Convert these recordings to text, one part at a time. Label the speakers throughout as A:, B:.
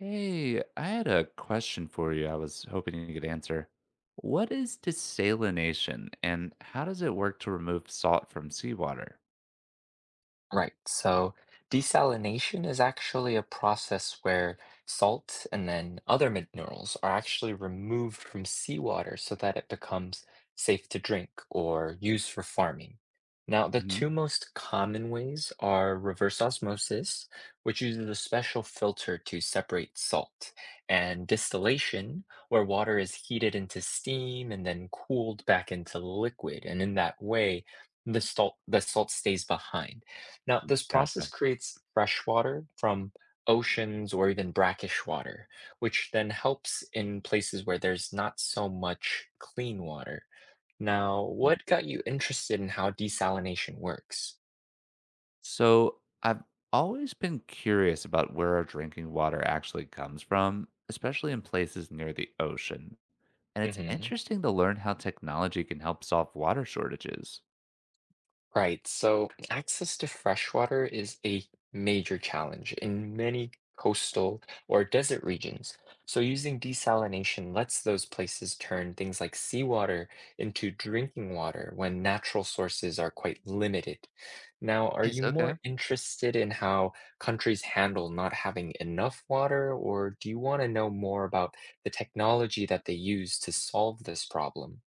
A: Hey, I had a question for you. I was hoping you could answer. What is desalination and how does it work to remove salt from seawater?
B: Right. So desalination is actually a process where salt and then other minerals are actually removed from seawater so that it becomes safe to drink or use for farming. Now, the
A: Hmm.
B: two most common ways are reverse osmosis, which uses a special filter to separate salt, and distillation, where water is heated into steam and then cooled back into liquid. And in that way, the salt stays behind. Now, this process
A: Gotcha.
B: creates fresh water from oceans or even brackish water, which then helps in places where there's not so much clean water. Now,
A: Mhm.
B: what got you interested in how desalination works?
A: So I've always been curious about where our drinking water actually comes from, especially in places near the ocean. And it's
B: hmm
A: interesting to learn how technology can help solve water shortages.
B: Right, so access to fresh water is a major challenge in many coastal or desert regions. So using desalination lets those places turn things like seawater into drinking water when natural sources are quite limited. Now, are you
A: Nice. Okay.
B: more interested in how countries handle not having enough water, or do you want to know more about the technology that they use to solve this problem?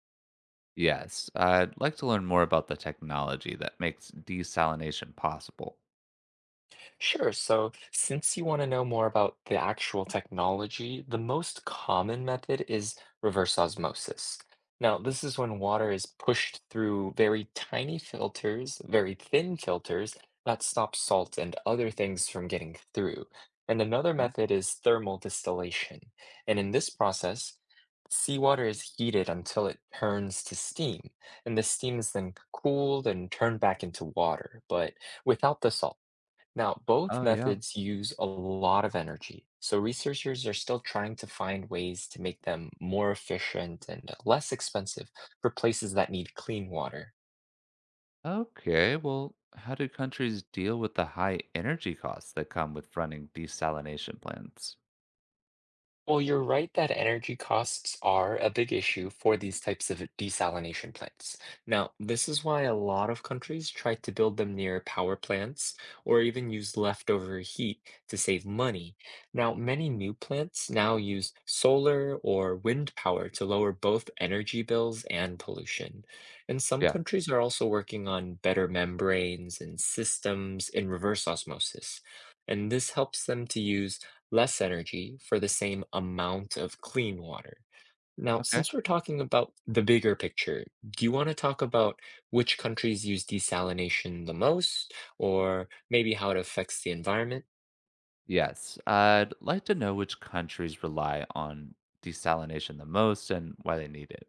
A: Yes, I'd like to learn more about the technology that makes desalination possible.
B: Sure. So, since you want to know more about the actual technology, the most common method is reverse osmosis. Now, this is when water is pushed through very tiny filters, very thin filters that stop salt and other things from getting through. And another method is thermal distillation. And in this process, seawater is heated until it turns to steam. And the steam is then cooled and turned back into water, but without the salt. Now, both
A: Oh, yeah.
B: methods use a lot of energy, so researchers are still trying to find ways to make them more efficient and less expensive for places that need clean water.
A: Okay. Well, how do countries deal with the high energy costs that come with running desalination plants?
B: Well, you're right that energy costs are a big issue for these types of desalination plants. Now, this is why a lot of countries try to build them near power plants or even use leftover heat to save money. Now, many new plants now use solar or wind power to lower both energy bills and pollution. And some
A: Yeah.
B: countries are also working on better membranes and systems in reverse osmosis. And this helps them to use less energy for the same amount of clean water. Now,
A: Okay.
B: since we're talking about the bigger picture, do you want to talk about which countries use desalination the most, or maybe how it affects the environment?
A: Yes. I'd like to know which countries rely on desalination the most and why they need it.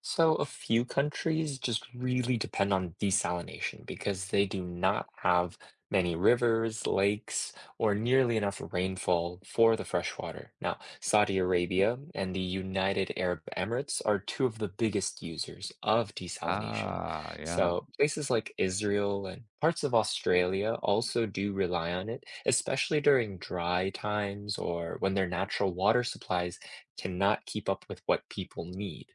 B: So a few countries just really depend on desalination because they do not have many rivers, lakes, or nearly enough rainfall for the fresh water. Now, Saudi Arabia and the United Arab Emirates are two of the biggest users of desalination.
A: Ah, yeah.
B: So places like Israel and parts of Australia also do rely on it, especially during dry times or when their natural water supplies cannot keep up with what people need.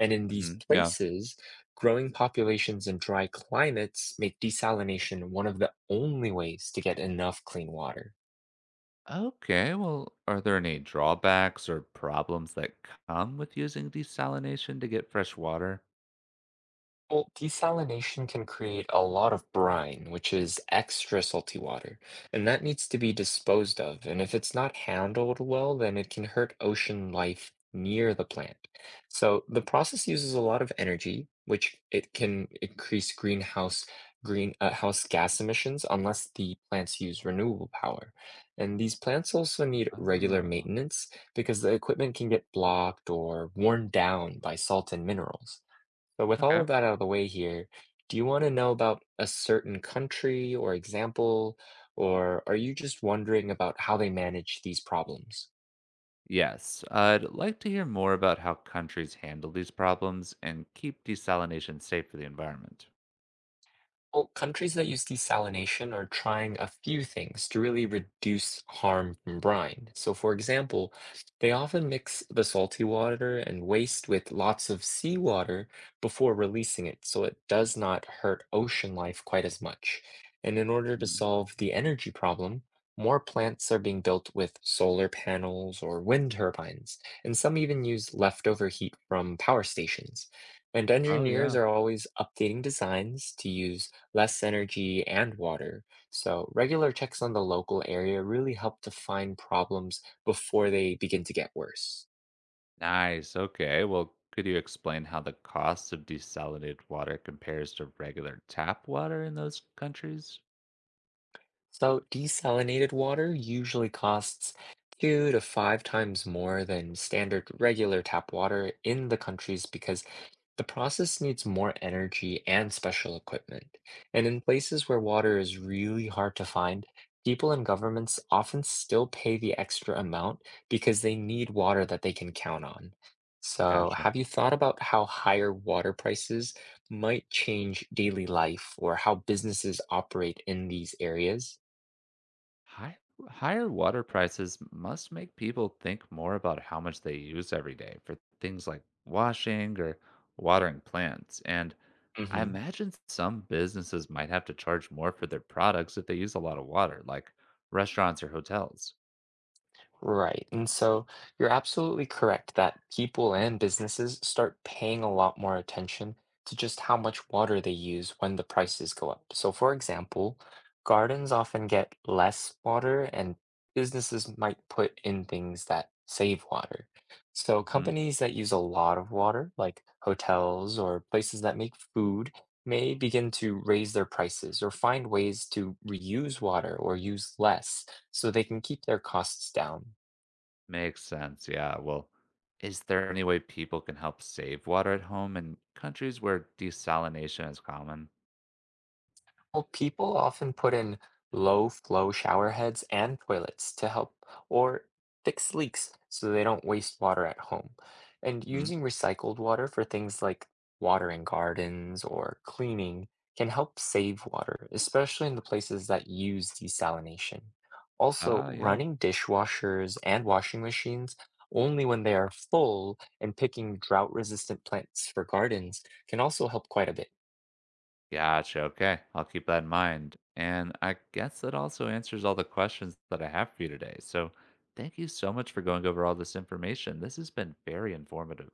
B: And in these
A: Hmm. Yeah.
B: places, growing populations and dry climates make desalination one of the only ways to get enough clean water.
A: Okay. Well, are there any drawbacks or problems that come with using desalination to get fresh water?
B: Well, desalination can create a lot of brine, which is extra salty water, and that needs to be disposed of. And if it's not handled well, then it can hurt ocean life near the plant. So the process uses a lot of energy, which it can increase greenhouse green house gas emissions unless the plants use renewable power. And these plants also need regular
A: Oh,
B: maintenance because the equipment can get blocked or worn down by salt and minerals. So with all
A: okay.
B: of that out of the way here, do you want to know about a certain country or example, or are you just wondering about how they manage these problems?
A: Yes, I'd like to hear more about how countries handle these problems and keep desalination safe for the environment.
B: Well, countries that use desalination are trying a few things to really reduce harm from brine. So, for example, they often mix the salty water and waste with lots of seawater before releasing it, so it does not hurt ocean life quite as much. And in order to
A: Mm.
B: solve the energy problem, more plants are being built with solar panels or wind turbines, and some even use leftover heat from power stations. And
A: Oh,
B: engineers
A: yeah.
B: are always updating designs to use less energy, and water. So regular checks on the local area really help to find problems before they begin to get worse.
A: Nice. Okay. Well, could you explain how the cost of desalinated water compares to regular tap water in those countries?
B: So desalinated water usually costs 2 to 5 times more than standard regular tap water in the countries because the process needs more energy and special equipment. And in places where water is really hard to find, people and governments often still pay the extra amount because they need water that they can count on. So,
A: Gotcha.
B: have you thought about how higher water prices might change daily life or how businesses operate in these areas?
A: High, higher water prices must make people think more about how much they use every day for things like washing or watering plants. And I
B: hmm
A: imagine some businesses might have to charge more for their products if they use a lot of water, like restaurants or hotels.
B: Right. And so you're absolutely correct that people and businesses start paying a lot more attention to just how much water they use when the prices go up. So, for example, gardens often get less water, and businesses might put in things that save water. So,
A: Hmm.
B: companies that use a lot of water, like hotels or places that make food, may begin to raise their prices or find ways to reuse water or use less so they can keep their costs down.
A: Makes sense. Yeah. Well, is there any way people can help save water at home in countries where desalination is common?
B: Well, people often put in low flow shower heads and toilets to help or fix leaks so they don't waste water at home. And
A: Hmm.
B: using recycled water for things like watering gardens or cleaning can help save water, especially in the places that use desalination. Also,
A: Ah, yeah.
B: running dishwashers and washing machines only when they are full and picking drought resistant plants for gardens can also help quite a bit.
A: Gotcha. Okay. I'll keep that in mind. And I guess that also answers all the questions that I have for you today. So thank you so much for going over all this information. This has been very informative.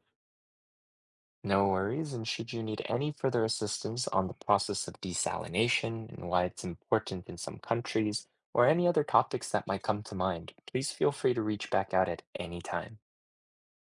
B: No worries, and should you need any further assistance on the process of desalination and why it's important in some countries, or any other topics that might come to mind, please feel free to reach back out at any time.